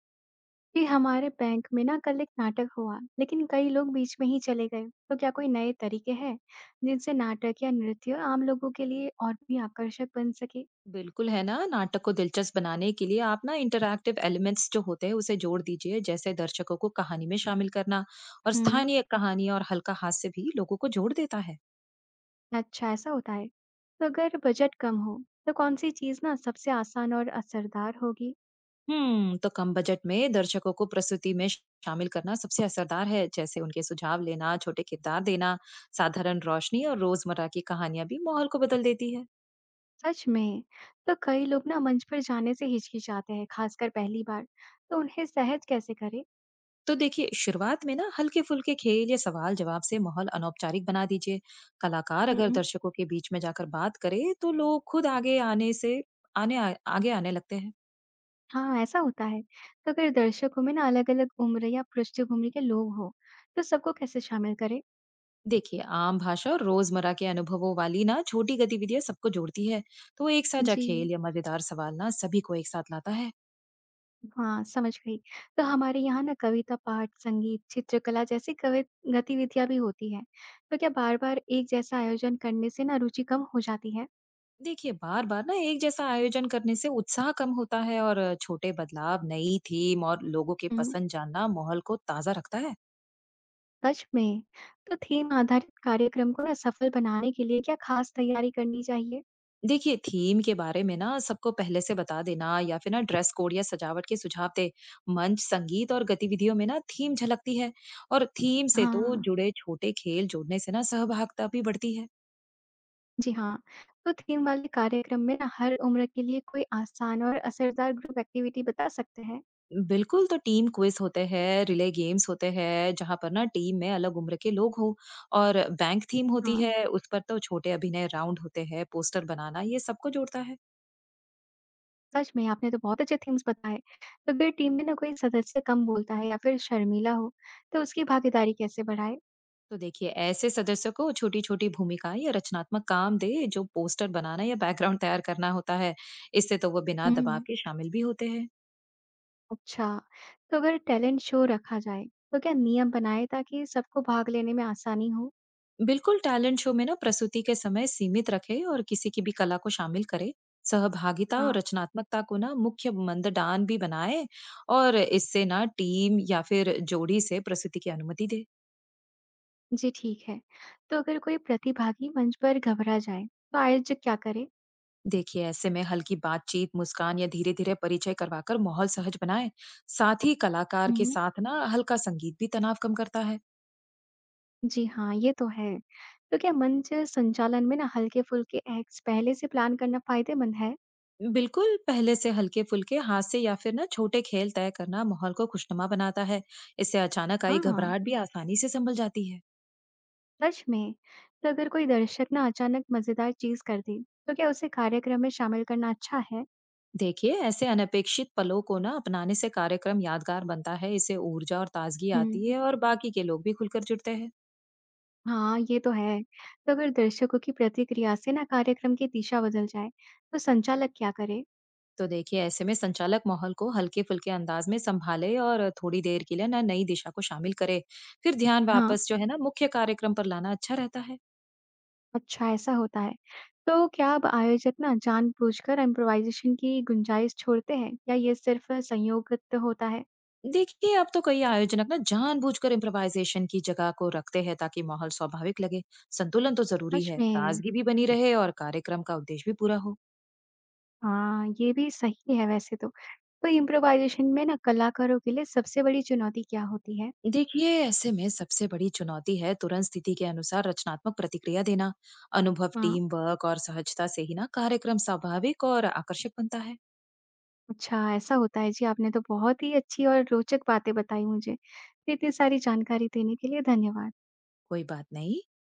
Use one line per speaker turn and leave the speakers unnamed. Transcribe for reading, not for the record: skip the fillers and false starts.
कि हमारे बैंक में ना कल एक नाटक हुआ लेकिन कई लोग बीच में ही चले गए। तो क्या कोई नए तरीके हैं जिनसे नाटक या नृत्य आम लोगों के लिए और भी आकर्षक बन सके।
बिल्कुल है ना, नाटक को दिलचस्प बनाने के लिए आप ना इंटरैक्टिव एलिमेंट्स जो होते हैं उसे जोड़ दीजिए, जैसे दर्शकों को कहानी में शामिल करना। और
हम्म।
स्थानीय कहानी और हल्का हास्य भी लोगों को जोड़ देता है।
अच्छा, ऐसा होता है। तो अगर बजट कम हो, तो कौन सी चीज़ ना सबसे आसान और असरदार होगी।
हम्म, तो कम बजट में दर्शकों को प्रस्तुति में शामिल करना सबसे असरदार है। जैसे उनके सुझाव लेना, छोटे किरदार देना, साधारण रोशनी और रोजमर्रा की कहानियां भी माहौल को बदल देती है।
सच में। तो कई लोग ना मंच पर जाने से हिचकिचाते हैं, खासकर पहली बार। तो उन्हें सहज कैसे करें।
तो देखिए, शुरुआत में ना हल्के-फुल्के खेल या सवाल-जवाब से माहौल अनौपचारिक बना दीजिए। कलाकार अगर
हम्म।
दर्शकों के बीच में जाकर बात करे, तो लोग खुद आगे आने से आने आ, आगे आने लगते हैं।
हाँ, ऐसा होता है। तो अगर दर्शकों में ना अलग-अलग उम्र या पृष्ठभूमि के लोग हों, तो सबको कैसे शामिल करें?
देखिए, आम भाषा और रोजमर्रा के अनुभवों वाली ना छोटी गतिविधियां सबको जोड़ती है। तो एक साझा
जी,
खेल या मजेदार सवाल ना सभी को एक साथ लाता है।
हाँ, समझ गई। तो हमारे यहाँ ना कविता पाठ, संगीत, चित्रकला जैसी कवि गतिविधियाँ भी होती हैं। तो क्या बार-बार एक जैसा आयोजन करने से ना रुचि कम हो जाती है?
देखिए, बार-बार ना एक जैसा आयोजन करने से उत्साह कम होता है। और छोटे बदलाव, नई थीम और लोगों की
हम्म,
पसंद जानना माहौल को ताजा रखता है।
सच में? तो थीम आधारित कार्यक्रम को ना सफल बनाने के लिए क्या खास तैयारी करनी चाहिए?
देखिए, थीम के बारे में ना सबको पहले से बता देना, या फिर ना ड्रेस कोड या सजावट के सुझाव दे। मंच, संगीत और गतिविधियों में ना थीम झलकती है। और थीम से तो
हाँ।
जुड़े छोटे खेल जोड़ने से ना सहभागिता भी बढ़ती है।
जी हाँ, तो थीम वाले कार्यक्रम में ना हर उम्र के लिए कोई आसान और असरदार ग्रुप एक्टिविटी बता सकते हैं।
बिल्कुल, तो टीम क्विज होते हैं, रिले गेम्स होते हैं, जहां पर ना टीम में अलग उम्र के लोग हो। और बैंक थीम होती
हाँ,
है उस पर, तो छोटे अभिनय राउंड होते हैं, पोस्टर बनाना, ये सबको जोड़ता है।
सच में आपने तो बहुत अच्छे थीम्स बताए। तो अगर टीम में ना कोई सदस्य कम बोलता है या फिर शर्मीला हो, तो उसकी भागीदारी कैसे बढ़ाए?
तो देखिए, ऐसे सदस्य को छोटी छोटी भूमिकाएं या रचनात्मक काम दे, जो पोस्टर बनाना या बैकग्राउंड तैयार करना होता है। इससे तो वो बिना दबाव
हम्म,
के शामिल भी होते हैं।
अच्छा। तो अगर टैलेंट शो रखा जाए, तो क्या नियम बनाए ताकि सबको भाग लेने में आसानी हो?
बिल्कुल, टैलेंट शो में ना प्रस्तुति के समय सीमित रखे और किसी की भी कला को शामिल करे। सहभागिता
हाँ,
और रचनात्मकता को ना मुख्य मंदडान भी बनाए। और इससे ना टीम या फिर जोड़ी से प्रस्तुति की अनुमति दे।
जी ठीक है। तो अगर कोई प्रतिभागी मंच पर घबरा जाए, तो आयोजक क्या करे?
देखिए, ऐसे में हल्की बातचीत, मुस्कान या धीरे धीरे परिचय करवाकर माहौल सहज बनाए। साथ ही कलाकार के साथ ना हल्का संगीत भी तनाव कम करता है।
जी हाँ, ये तो है। तो क्या मंच संचालन में ना हल्के-फुल्के एक्ट्स पहले से प्लान करना फ़ायदेमंद है?
बिल्कुल, पहले से हल्के फुल्के हाथ से या फिर ना छोटे खेल तय करना माहौल को खुशनुमा बनाता है। इससे अचानक आई
हाँ,
घबराहट भी आसानी से संभल जाती है।
सच में। तो अगर कोई दर्शक ना अचानक मज़ेदार चीज़ कर दे, तो क्या उसे कार्यक्रम में शामिल करना अच्छा है?
देखिए, ऐसे अनपेक्षित पलों को ना अपनाने से कार्यक्रम यादगार बनता है। इससे ऊर्जा और ताजगी आती
हुँ,
है और बाकी के लोग भी खुलकर जुड़ते हैं।
हाँ, ये तो है। तो अगर दर्शकों की प्रतिक्रिया से ना कार्यक्रम की दिशा बदल जाए, तो संचालक क्या करे?
तो देखिए, ऐसे में संचालक माहौल को हल्के-फुल्के अंदाज में संभाले और थोड़ी देर के लिए ना नई दिशा को शामिल करे। फिर ध्यान
हाँ,
वापस जो है ना मुख्य कार्यक्रम पर लाना अच्छा रहता है।
अच्छा ऐसा होता है। तो क्या अब आयोजक ना जानबूझकर इम्प्रोवाइज़ेशन की गुंजाइश छोड़ते हैं, या ये सिर्फ़ संयोगत होता है?
देखिए, अब तो कई आयोजनक ना जानबूझकर इम्प्रोवाइजेशन की जगह को रखते हैं ताकि माहौल स्वाभाविक लगे। संतुलन तो जरूरी
सच
है,
में।
ताजगी भी बनी रहे और कार्यक्रम का उद्देश्य भी पूरा हो।
हाँ, ये भी सही है वैसे तो। तो इम्प्रोवाइज़ेशन में ना कलाकारों के लिए सबसे बड़ी चुनौती क्या होती है?
देखिए, ऐसे में सबसे बड़ी चुनौती है तुरंत स्थिति के अनुसार रचनात्मक प्रतिक्रिया देना। अनुभव,
हाँ,
टीम वर्क और सहजता से ही ना कार्यक्रम स्वाभाविक और आकर्षक बनता है।
अच्छा ऐसा होता है। जी, आपने तो बहुत ही अच्छी और रोचक बातें बताई मुझे। तो इतनी सारी जानकारी देने के लिए धन्यवाद।
कोई बात नहीं।